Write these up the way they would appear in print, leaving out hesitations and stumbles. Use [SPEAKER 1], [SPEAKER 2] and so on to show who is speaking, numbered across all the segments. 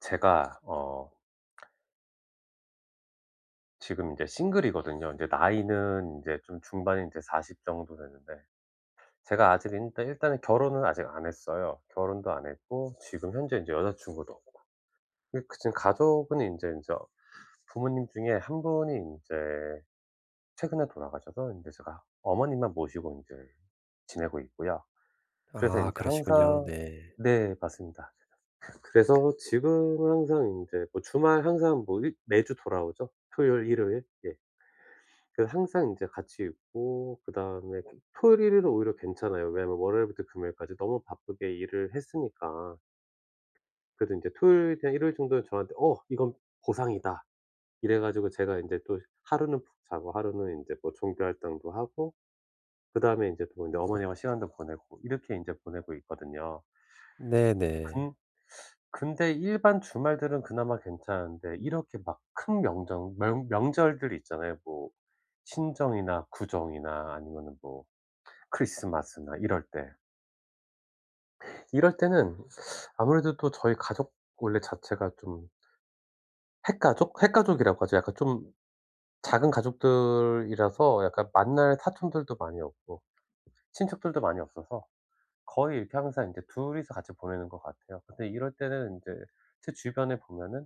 [SPEAKER 1] 제가 지금 이제 싱글이거든요. 이제 나이는 이제 좀 중반인 이제40 정도 되는데 제가 아직 일단은 결혼은 아직 안 했어요. 결혼도 안 했고 지금 현재 인제 여자 친구도 없고. 그 지금 가족은 인제 부모님 중에 한 분이 인제 최근에 돌아가셔서 인제 제가 어머님만 모시고 인제 지내고 있고요. 그래서
[SPEAKER 2] 아
[SPEAKER 1] 인제
[SPEAKER 2] 그러시군요.
[SPEAKER 1] 항상
[SPEAKER 2] 네.
[SPEAKER 1] 네 맞습니다. 그래서 지금은 항상 인제 뭐 주말 항상 뭐 일 매주 돌아오죠. 토요일, 일요일. 예. 그 항상 이제 같이 있고 그다음에 토요일, 일요일은 오히려 괜찮아요. 왜냐면 월요일부터 금요일까지 너무 바쁘게 일을 했으니까. 그래도 인제 토요일이나 일요일 정도는 저한테 '어 이건 보상이다.' 이래 가지고 제가 인제 또 하루는 푹 자고 하루는 인제 뭐 종교 활동도 하고 그다음에 인제 또 인제 어머니와 시간도 보내고 이렇게 인제 보내고 있거든요.
[SPEAKER 2] 네네.
[SPEAKER 1] 근 근데 일반 주말들은 그나마 괜찮은데 이렇게 막 큰 명절들 있잖아요. 뭐 신정이나 구정이나 아니면은 뭐 크리스마스나 이럴 때. 이럴 때는 아무래도 또 저희 가족 원래 자체가 좀 핵가족? 핵가족이라고 하죠. 약간 좀 작은 가족들이라서 약간 만날 사촌들도 많이 없고 친척들도 많이 없어서 거의 이렇게 항상 인제 둘이서 같이 보내는 것 같아요. 근데 이럴 때는 인제 제 주변에 보면은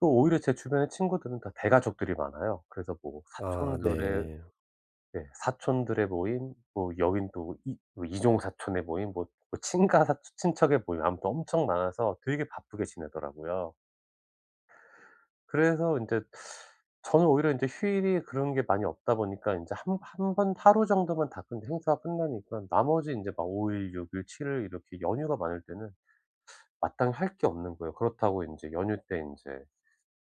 [SPEAKER 1] 또 오히려 제 주변의 친구들은 다 대가족들이 많아요. 그래서 뭐
[SPEAKER 2] 아
[SPEAKER 1] 사촌들의
[SPEAKER 2] 네.
[SPEAKER 1] 네. 사촌들의 모임, 뭐 여긴 또 뭐 이뭐 이종 사촌의 모임, 뭐 뭐 친가 사 친척의 모임 아무튼 엄청 많아서 되게 바쁘게 지내더라고요. 그래서 인제 저는 오히려 인제 휴일이 그런 게 많이 없다 보니까 인제 한 한 번 하루 정도만 다 근데 행사가 끝나니까 나머지 인제 막 5일 일, 6일 일, 7일 이렇게 연휴가 많을 때는 마땅히 할 게 없는 거예요. 그렇다고 인제 연휴 때 인제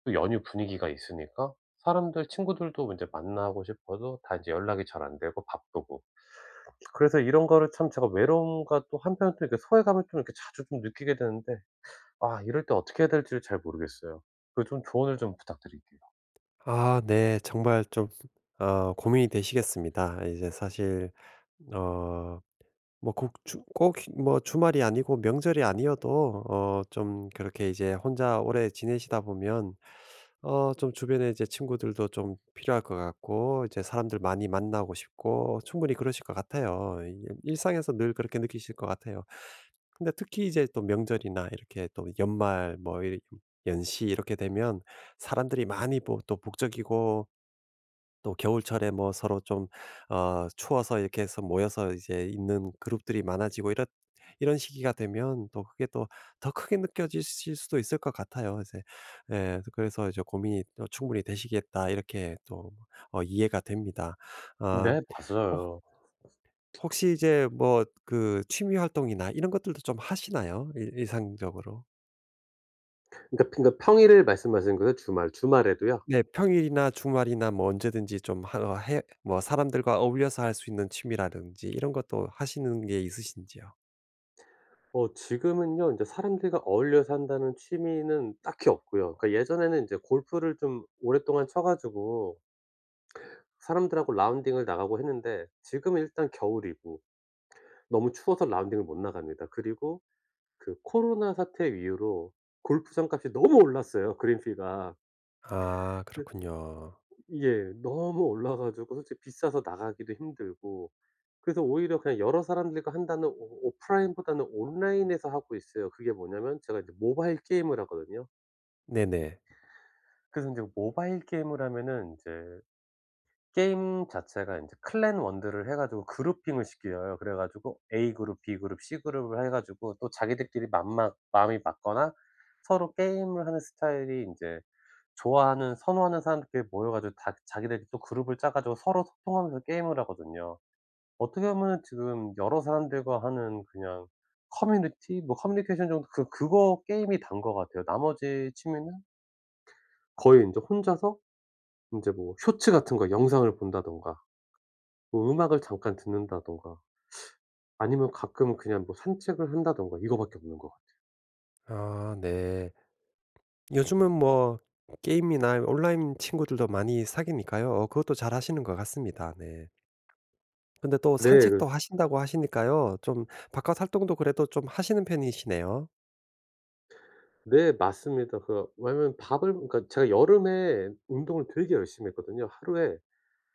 [SPEAKER 1] 또 연휴 분위기가 있으니까 사람들 친구들도 인제 만나고 싶어도 다 인제 연락이 잘 안 되고 바쁘고. 그래서 이런 거를 참 제가 외로움과 또 한편 또 이렇게 소외감을 좀 이렇게 자주 좀 느끼게 되는데 아 이럴 때 어떻게 해야 될지를 잘 모르겠어요. 그 좀 조언을 좀 부탁드릴게요.
[SPEAKER 2] 아 네. 정말 좀 아 고민이 되시겠습니다. 이제 사실 어 뭐 꼭 뭐 주말이 아니고 명절이 아니어도 좀 그렇게 이제 혼자 오래 지내시다 보면 좀 주변에 이제 친구들도 좀 필요할 것 같고 이제 사람들 많이 만나고 싶고 충분히 그러실 것 같아요. 이 일상에서 늘 그렇게 느끼실 것 같아요. 근데 특히 이제 또 명절이나 이렇게 또 연말 뭐 이 연시 이렇게 되면 사람들이 많이 뭐 또 북적이고 또 겨울철에 뭐 서로 좀 추워서 이렇게 해서 모여서 이제 있는 그룹들이 많아지고 이런 시기가 되면 또 그게 또 더 크게 느껴지실 수도 있을 것 같아요. 이제 예, 그래서 이제 고민이 또 충분히 되시겠다 이렇게 또 이해가 됩니다. 아,
[SPEAKER 1] 네
[SPEAKER 2] 혹
[SPEAKER 1] 맞아요.
[SPEAKER 2] 혹시 이제 뭐 그 취미 활동이나 이런 것들도 좀 하시나요? 일 일상적으로?
[SPEAKER 1] 그러니까 평일을 말씀하시는 거죠 주말에도요?
[SPEAKER 2] 네. 평일이나 주말이나 뭐 언제든지 좀 하 어 해 뭐 사람들과 어울려서 할 수 있는 취미라든지 이런 것도 하시는 게 있으신지요?
[SPEAKER 1] 지금은요 인제 사람들과 어울려서 한다는 취미는 딱히 없고요. 그러니까 예전에는 인제 골프를 좀 오랫동안 쳐 가지고 사람들하고 라운딩을 나가고 했는데 지금은 일단 겨울이고 너무 추워서 라운딩을 못 나갑니다. 그리고 그 코로나 사태 이후로 골프 장값이 너무 올랐어요 그린피가.
[SPEAKER 2] 아
[SPEAKER 1] 근데
[SPEAKER 2] 그렇군요.
[SPEAKER 1] 예. 너무 올라 가지고 솔직히 비싸서 나가기도 힘들고 그래서 오히려 그냥 여러 사람들과 한다는 오 오프라인보다는 온라인에서 하고 있어요. 그게 뭐냐면 제가 이제 모바일 게임을 하거든요.
[SPEAKER 2] 네네.
[SPEAKER 1] 그래서 인제 모바일 게임을 하면은 인제 게임 자체가 인제 클랜 원들을 해 가지고 그룹핑을 시켜요. 그래 가지고 A 그룹, B 그룹, C 그룹을 해 가지고 또 자기들끼리 맘막 마음이 맞거나 서로 게임을 하는 스타일이 인제 좋아하는 선호하는 사람들끼리 모여 가지고 다 자기들끼리 또 그룹을 짜 가지고 서로 소통하면서 게임을 하거든요. 어떻게 보면은 지금 여러 사람들과 하는 그냥 커뮤니티 뭐 커뮤니케이션 정도 그거 게임이 다인 것 같아요. 나머지 취미는 거의 인제 혼자서 인제 뭐 쇼츠 같은 거 영상을 본다든가 뭐 음악을 잠깐 듣는다든가 아니면 가끔 그냥 뭐 산책을 한다든가 이거밖에 없는 것 같아요.
[SPEAKER 2] 아 네. 요즘은 뭐 게임이나 온라인 친구들도 많이 사귀니까요. 어 그것도 잘하시는 것 같습니다. 네. 근데 또
[SPEAKER 1] 네.
[SPEAKER 2] 산책도
[SPEAKER 1] 그래서
[SPEAKER 2] 하신다고 하시니까요. 좀 바깥 활동도 그래도 좀 하시는 편이시네요.
[SPEAKER 1] 네 맞습니다. 그 왜냐면 밥을 그러니까 제가 여름에 운동을 되게 열심히 했거든요. 하루에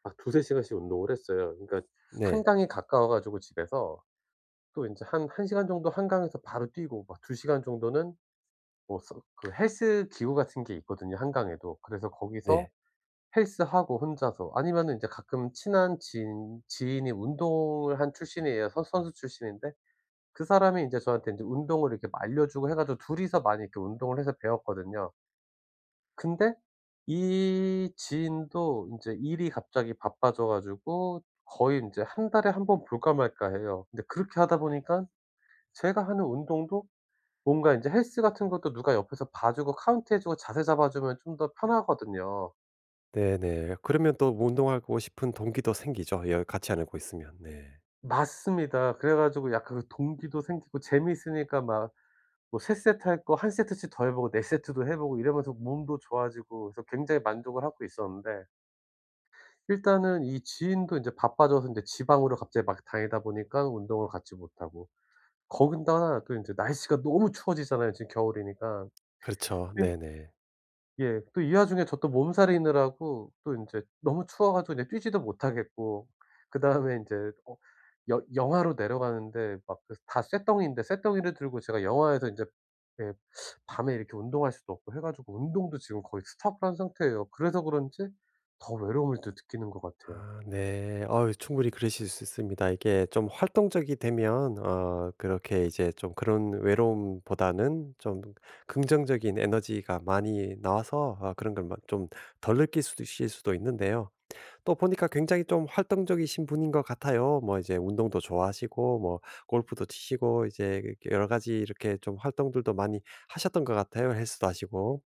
[SPEAKER 1] 막 두세 시간씩 운동을 했어요. 그러니까
[SPEAKER 2] 네.
[SPEAKER 1] 한강이 가까워 가지고 집에서 또 인제 한 한 시간 정도 한강에서 바로 뛰고 막 두 시간 정도는 뭐 서 그 헬스 기구 같은 게 있거든요 한강에도. 그래서 거기서
[SPEAKER 2] 네.
[SPEAKER 1] 헬스하고 혼자서 아니면은 이제 가끔 친한 지인이 운동을 한 출신이에요. 선 선수 출신인데 그 사람이 인제 저한테 인제 운동을 이렇게 막 알려주고 해 가지고 둘이서 많이 이렇게 운동을 해서 배웠거든요. 근데 이 지인도 인제 일이 갑자기 바빠져 가지고 거의 인제 한 달에 한번 볼까 말까 해요. 근데 그렇게 하다 보니깐 제가 하는 운동도 뭔가 인제 헬스 같은 것도 누가 옆에서 봐 주고 카운트 해 주고 자세 잡아 주면 좀 더 편하거든요.
[SPEAKER 2] 네네. 그러면 또 운동하고 싶은 동기도 생기죠, 여 같이 안 하고 있으면. 네.
[SPEAKER 1] 맞습니다. 그래 가지고 약간 그 동기도 생기고 재미있으니까 막 뭐 3세트 세트 할 거 한 세트씩 더 해 보고 4세트 세트도 해 보고 이러면서 몸도 좋아지고 그래서 굉장히 만족을 하고 있었는데 일단은 이 지인도 이제 바빠져서 이제 지방으로 갑자기 막 다니다 보니까 운동을 같이 못 하고 거기다가 또 이제 날씨가 너무 추워지잖아요 지금 겨울이니까.
[SPEAKER 2] 그렇죠. 네네.
[SPEAKER 1] 예. 또 이 와중에 저 또 몸살이느라고 또 인제 너무 추워 가지고 그냥 뛰지도 못하겠고 그다음에 인제 어 여 영하로 내려가는데 막 그 다 쇳덩이인데 쇳덩이를 들고 제가 영하에서 인제 예 밤에 이렇게 운동할 수도 없고 해 가지고 운동도 지금 거의 스톱을 한 상태예요. 그래서 그런지 더 외로움을 더 느끼는 것 같아요.
[SPEAKER 2] 아 네. 어유, 충분히 그러실 수 있습니다. 이게 좀 활동적이 되면 그렇게 이제 좀 그런 외로움보다는 좀 긍정적인 에너지가 많이 나와서 아 그런 걸 좀 덜 느끼실 수도 있을 수도 있는데요. 또 보니까 굉장히 좀 활동적이신 분인 것 같아요. 뭐 이제 운동도 좋아하시고 뭐 골프도 치시고 이제 여러 가지 이렇게 좀 활동들도 많이 하셨던 것 같아요. 헬스도 하시고.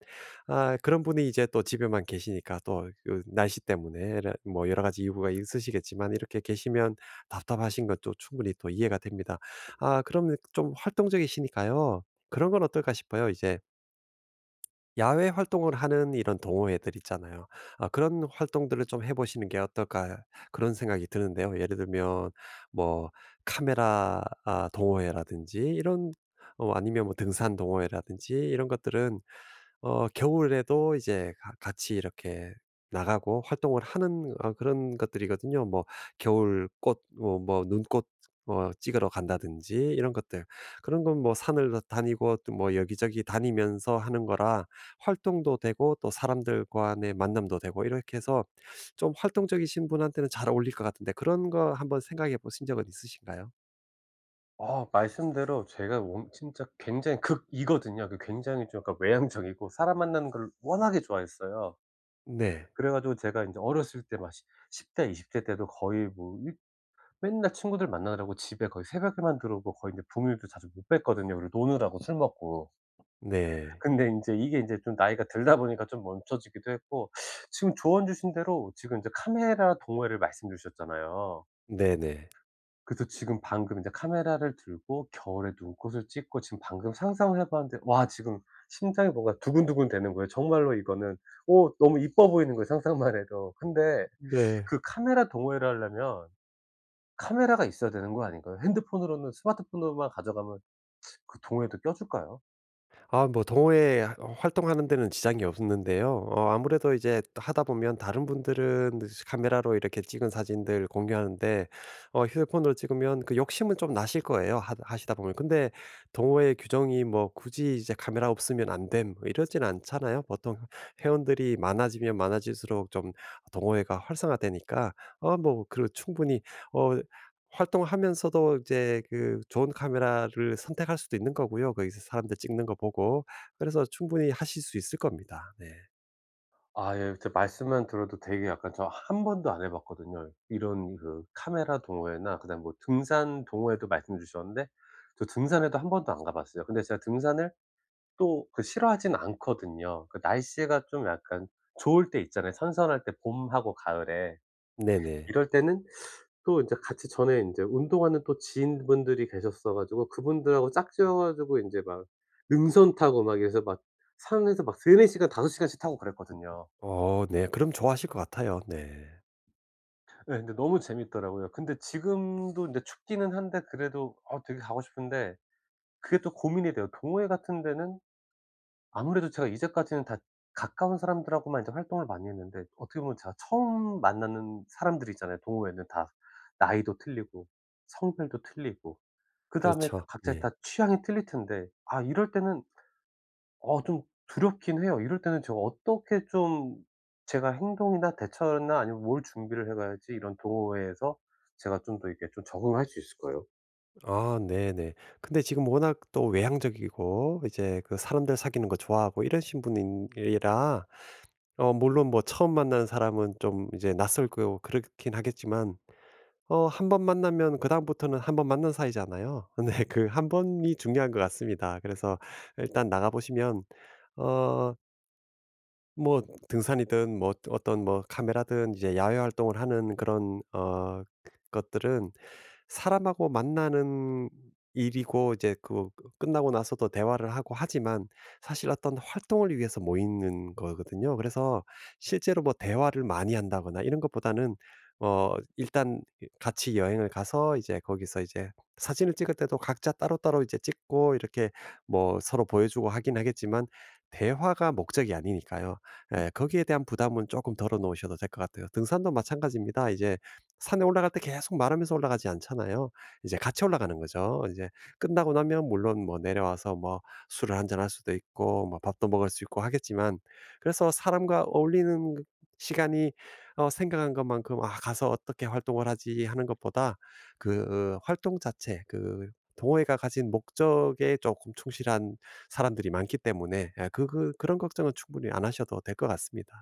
[SPEAKER 2] 아, 그런 분이 이제 또 집에만 계시니까 또그 날씨 때문에 이뭐 여러 가지 이유가 있으시겠지만 이렇게 계시면 답답하신 것도 충분히 또 이해가 됩니다. 아, 그럼 좀 활동적이시니까요. 그런 건 어떨까 싶어요. 이제 야외 활동을 하는 이런 동호회들 있잖아요. 아 그런 활동들을 좀 해 보시는 게 어떨까 그런 생각이 드는데요. 예를 들면 뭐 카메라 아 동호회라든지 이런 아니면 뭐 등산 동호회라든지 이런 것들은 겨울에도 이제 가 같이 이렇게 나가고 활동을 하는 그런 것들이거든요. 뭐 겨울꽃 뭐 눈꽃 찍으러 간다든지 이런 것들. 그런 건 뭐 산을 다 다니고 또 뭐 여기저기 다니면서 하는 거라 활동도 되고 또 사람들 간의 만남도 되고 이렇게 해서 좀 활동적이신 분한테는 잘 어울릴 것 같은데 그런 거 한번 생각해 보신 적은 있으신가요?
[SPEAKER 1] 아 말씀대로 제가 원 진짜 굉장히 극이거든요. 그 굉장히 좀 약간 외향적이고 사람 만나는 걸 워낙에 좋아했어요.
[SPEAKER 2] 네.
[SPEAKER 1] 그래 가지고 제가 이제 어렸을 때 막 십 10대 20대 때도 거의 뭐 일 맨날 친구들 만나느라고 집에 거의 새벽에만 들어오고 거의 이제 부모님도 자주 못 뵀거든요 우리 노느라고 술 먹고.
[SPEAKER 2] 네.
[SPEAKER 1] 근데 인제 이게 인제 좀 나이가 들다 보니까 좀 멈춰지기도 했고 지금 조언 주신 대로 지금 이제 카메라 동호회를 말씀 주셨잖아요.
[SPEAKER 2] 네네.
[SPEAKER 1] 그래서 지금 방금 이제 카메라를 들고 겨울에 눈꽃을 찍고 지금 방금 상상을 해 봤는데 와 지금 심장이 뭔가 두근두근 되는 거예요. 정말로 이거는 너무 이뻐 보이는 거예요 상상만 해도. 근데
[SPEAKER 2] 네. 네.
[SPEAKER 1] 그 카메라 동호회를 하려면 카메라가 있어야 되는 거 아닌가요? 핸드폰으로는 스마트폰으로만 가져가면 그 동호회도 껴줄까요?
[SPEAKER 2] 아 뭐 동호회 활동하는 데는 지장이 없는데요. 어 아무래도 이제 하다 보면 다른 분들은 카메라로 이렇게 찍은 사진들 공유하는데 휴대폰으로 찍으면 그 욕심은 좀 나실 거예요 하 하시다 보면. 근데 동호회 규정이 뭐 굳이 이제 "카메라 없으면 안 됨." 뭐 이러진 않잖아요. 보통 회원들이 많아지면 많아질수록 좀 동호회가 활성화되니까 그 충분히 어 활동하면서도 이제 그 좋은 카메라를 선택할 수도 있는 거고요. 거기서 사람들 찍는 거 보고. 그래서 충분히 하실 수 있을 겁니다. 네.
[SPEAKER 1] 아 예. 제 말씀만 들어도 되게 약간 저 한 번도 안 해 봤거든요. 이런 그 카메라 동호회나 그다음에 뭐 등산 동호회도 말씀해 주셨는데 저 등산에도 한 번도 안 가 봤어요. 근데 제가 등산을 또 그 싫어하진 않거든요. 그 날씨가 좀 약간 좋을 때 있잖아요. 선선할 때 봄하고 가을에.
[SPEAKER 2] 네네.
[SPEAKER 1] 이럴 때는 또 인제 같이 전에 인제 운동하는 또 지인분들이 계셨어 가지고 그분들하고 짝지어 가지고 인제 막 능선 타고 막 이래서 막 산에서 막 3-4 시간 5시간씩 시간씩 타고 그랬거든요.
[SPEAKER 2] 어 네. 그럼 좋아하실 것 같아요. 네.
[SPEAKER 1] 예 근데 너무 재밌더라고요. 근데 지금도 인제 춥기는 한데 그래도 아 되게 가고 싶은데 그게 또 고민이 돼요. 동호회 같은 데는 아무래도 제가 이제까지는 다 가까운 사람들하고만 이제 활동을 많이 했는데 어떻게 보면 제가 처음 만나는 사람들이잖아요 동호회는 다. 나이도 틀리고 성별도 틀리고. 그다음에
[SPEAKER 2] 그렇죠.
[SPEAKER 1] 각자 다
[SPEAKER 2] 네.
[SPEAKER 1] 취향이 틀릴 텐데 아 이럴 때는 좀 두렵긴 해요. 이럴 때는 제가 어떻게 좀 제가 행동이나 대처나 아니면 뭘 준비를 해 가야지 이런 동호회에서 제가 좀 더 이렇게 좀 적응할 수 있을까요?
[SPEAKER 2] 아 네네. 근데 지금 워낙 또 외향적이고 이제 그 사람들 사귀는 거 좋아하고 이러신 분 이라 물론 뭐 처음 만난 사람은 좀 이제 낯설고 그렇긴 하겠지만 한 번 만나면 그다음부터는 한 번 만난 사이잖아요. 네. 그 한 번이 중요한 것 같습니다. 그래서 일단 나가 보시면 어 뭐 등산이든 뭐 어떤 뭐 카메라든 이제 야외 활동을 하는 그런 것들은 사람하고 만나는 일이고 이제 그 끝나고 나서도 대화를 하고 하지만 사실 어떤 활동을 위해서 모이는 거거든요. 그래서 실제로 뭐 대화를 많이 한다거나 이런 것보다는 어 일단 같이 여행을 가서 이제 거기서 이제 사진을 찍을 때도 각자 따로따로 이제 찍고 이렇게 뭐 서로 보여주고 하긴 하겠지만 대화가 목적이 아니니까요. 예, 거기에 대한 부담은 조금 덜어 놓으셔도 될 것 같아요. 등산도 마찬가지입니다. 이제 산에 올라갈 때 계속 말하면서 올라가지 않잖아요. 이제 같이 올라가는 거죠. 이제 끝나고 나면 물론 뭐 내려와서 뭐 술을 한 잔 할 수도 있고 뭐 밥도 먹을 수 있고 하겠지만 그래서 사람과 어울리는 시간이 생각한 것만큼 '아 가서 어떻게 활동을 하지.' 하는 것보다 그 활동 자체 그 동호회가 가진 목적에 조금 충실한 사람들이 많기 때문에 예 그런 걱정은 충분히 안 하셔도 될 것 같습니다.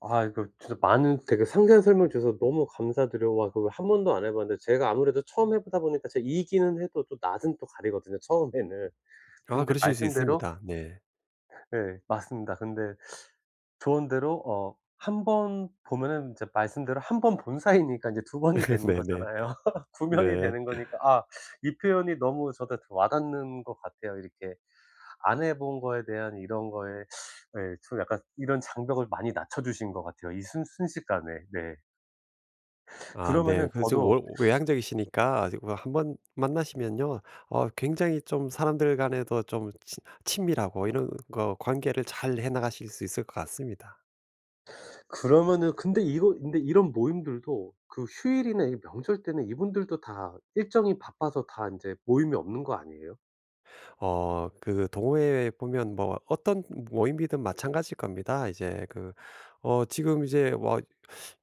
[SPEAKER 1] 아 이거 진짜 많은 되게 상세한 설명 주셔서 너무 감사드려요. 와 그거 한 번도 안 해 봤는데 제가 아무래도 처음 해 보다 보니까 제가 이기는 해도 또 낮은 또 가리거든요 처음에는.
[SPEAKER 2] 아
[SPEAKER 1] 근데
[SPEAKER 2] 그러실 수
[SPEAKER 1] 말씀대로
[SPEAKER 2] 있습니다. 네.
[SPEAKER 1] 네 맞습니다. 근데 조언대로 한 번 보면은 인제 말씀대로 한 번 본 사이니까 이제 두 번이 되는
[SPEAKER 2] 네네. 네.
[SPEAKER 1] 거잖아요. 구 면이
[SPEAKER 2] 네.
[SPEAKER 1] 되는 거니까 아 이 표현이 너무 저한테 와닿는 것 같아요. 이렇게 안 해본 거에 대한 이런 거에 예 좀 약간 이런 장벽을 많이 낮춰 주신 것 같아요 이 순 순식간에. 네.
[SPEAKER 2] 아 네.
[SPEAKER 1] 그러면은
[SPEAKER 2] 그래서
[SPEAKER 1] 저도
[SPEAKER 2] 워 외향적이시니까 한번 만나시면요. 어 굉장히 좀 사람들 간에도 좀 친 친밀하고 이런 거 관계를 잘 해 나가실 수 있을 것 같습니다.
[SPEAKER 1] 그러면은 근데 이거 근데 이런 모임들도 그 휴일이나 이 명절 때는 이분들도 다 일정이 바빠서 다 인제 모임이 없는 거 아니에요?
[SPEAKER 2] 어 그 동호회에 보면 뭐 어떤 모임이든 마찬가지일 겁니다. 이제 그 지금 이제 와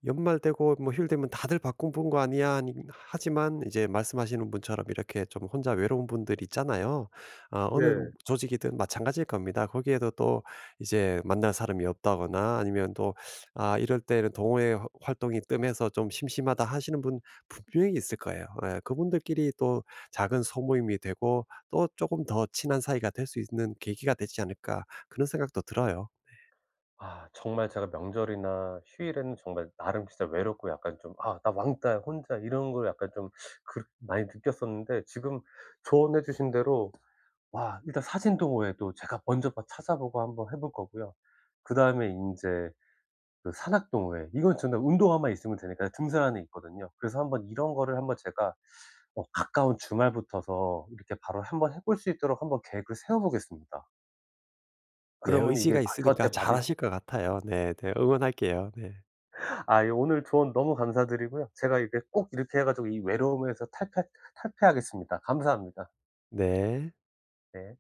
[SPEAKER 2] 연말 되고 뭐 휴일 되면 다들 바쁜 거 아니야? 아니, 하지만 이제 말씀하시는 분처럼 이렇게 좀 혼자 외로운 분들 있잖아요. 아 어느
[SPEAKER 1] 네.
[SPEAKER 2] 조직이든 마찬가지일 겁니다. 거기에도 또 이제 만날 사람이 없다거나 아니면 또 아 이럴 때는 동호회 활동이 뜸해서 좀 심심하다 하시는 분 분명히 있을 거예요. 예, 그분들끼리 또 작은 소모임이 되고 또 조금 더 친한 사이가 될 수 있는 계기가 되지 않을까 그런 생각도 들어요.
[SPEAKER 1] 아 정말 제가 명절이나 휴일에는 정말 나름 진짜 외롭고 약간 좀 '아 나 왕따 혼자.' 이런 걸 약간 좀 그 많이 느꼈었는데 지금 조언해 주신 대로 와 일단 사진 동호회도 제가 먼저 봐 찾아보고 한번 해볼 거고요. 그다음에 이제 그 산악 동호회 이건 정말 운동화만 있으면 되니까 등산 안에 있거든요. 그래서 한번 이런 거를 한번 제가 가까운 주말부터서 이렇게 바로 한번 해볼 수 있도록 한번 계획을 세워 보겠습니다.
[SPEAKER 2] 네.
[SPEAKER 1] 그러면 이게
[SPEAKER 2] 의지가 있으니까
[SPEAKER 1] 저한테 많이
[SPEAKER 2] 잘하실 것 같아요. 네. 네. 응원할게요. 네.
[SPEAKER 1] 아 예 오늘 조언 너무 감사드리고요. 제가 이게 꼭 이렇게 해 가지고 이 외로움에서 탈패 탈피하겠습니다. 감사합니다.
[SPEAKER 2] 네.
[SPEAKER 1] 네.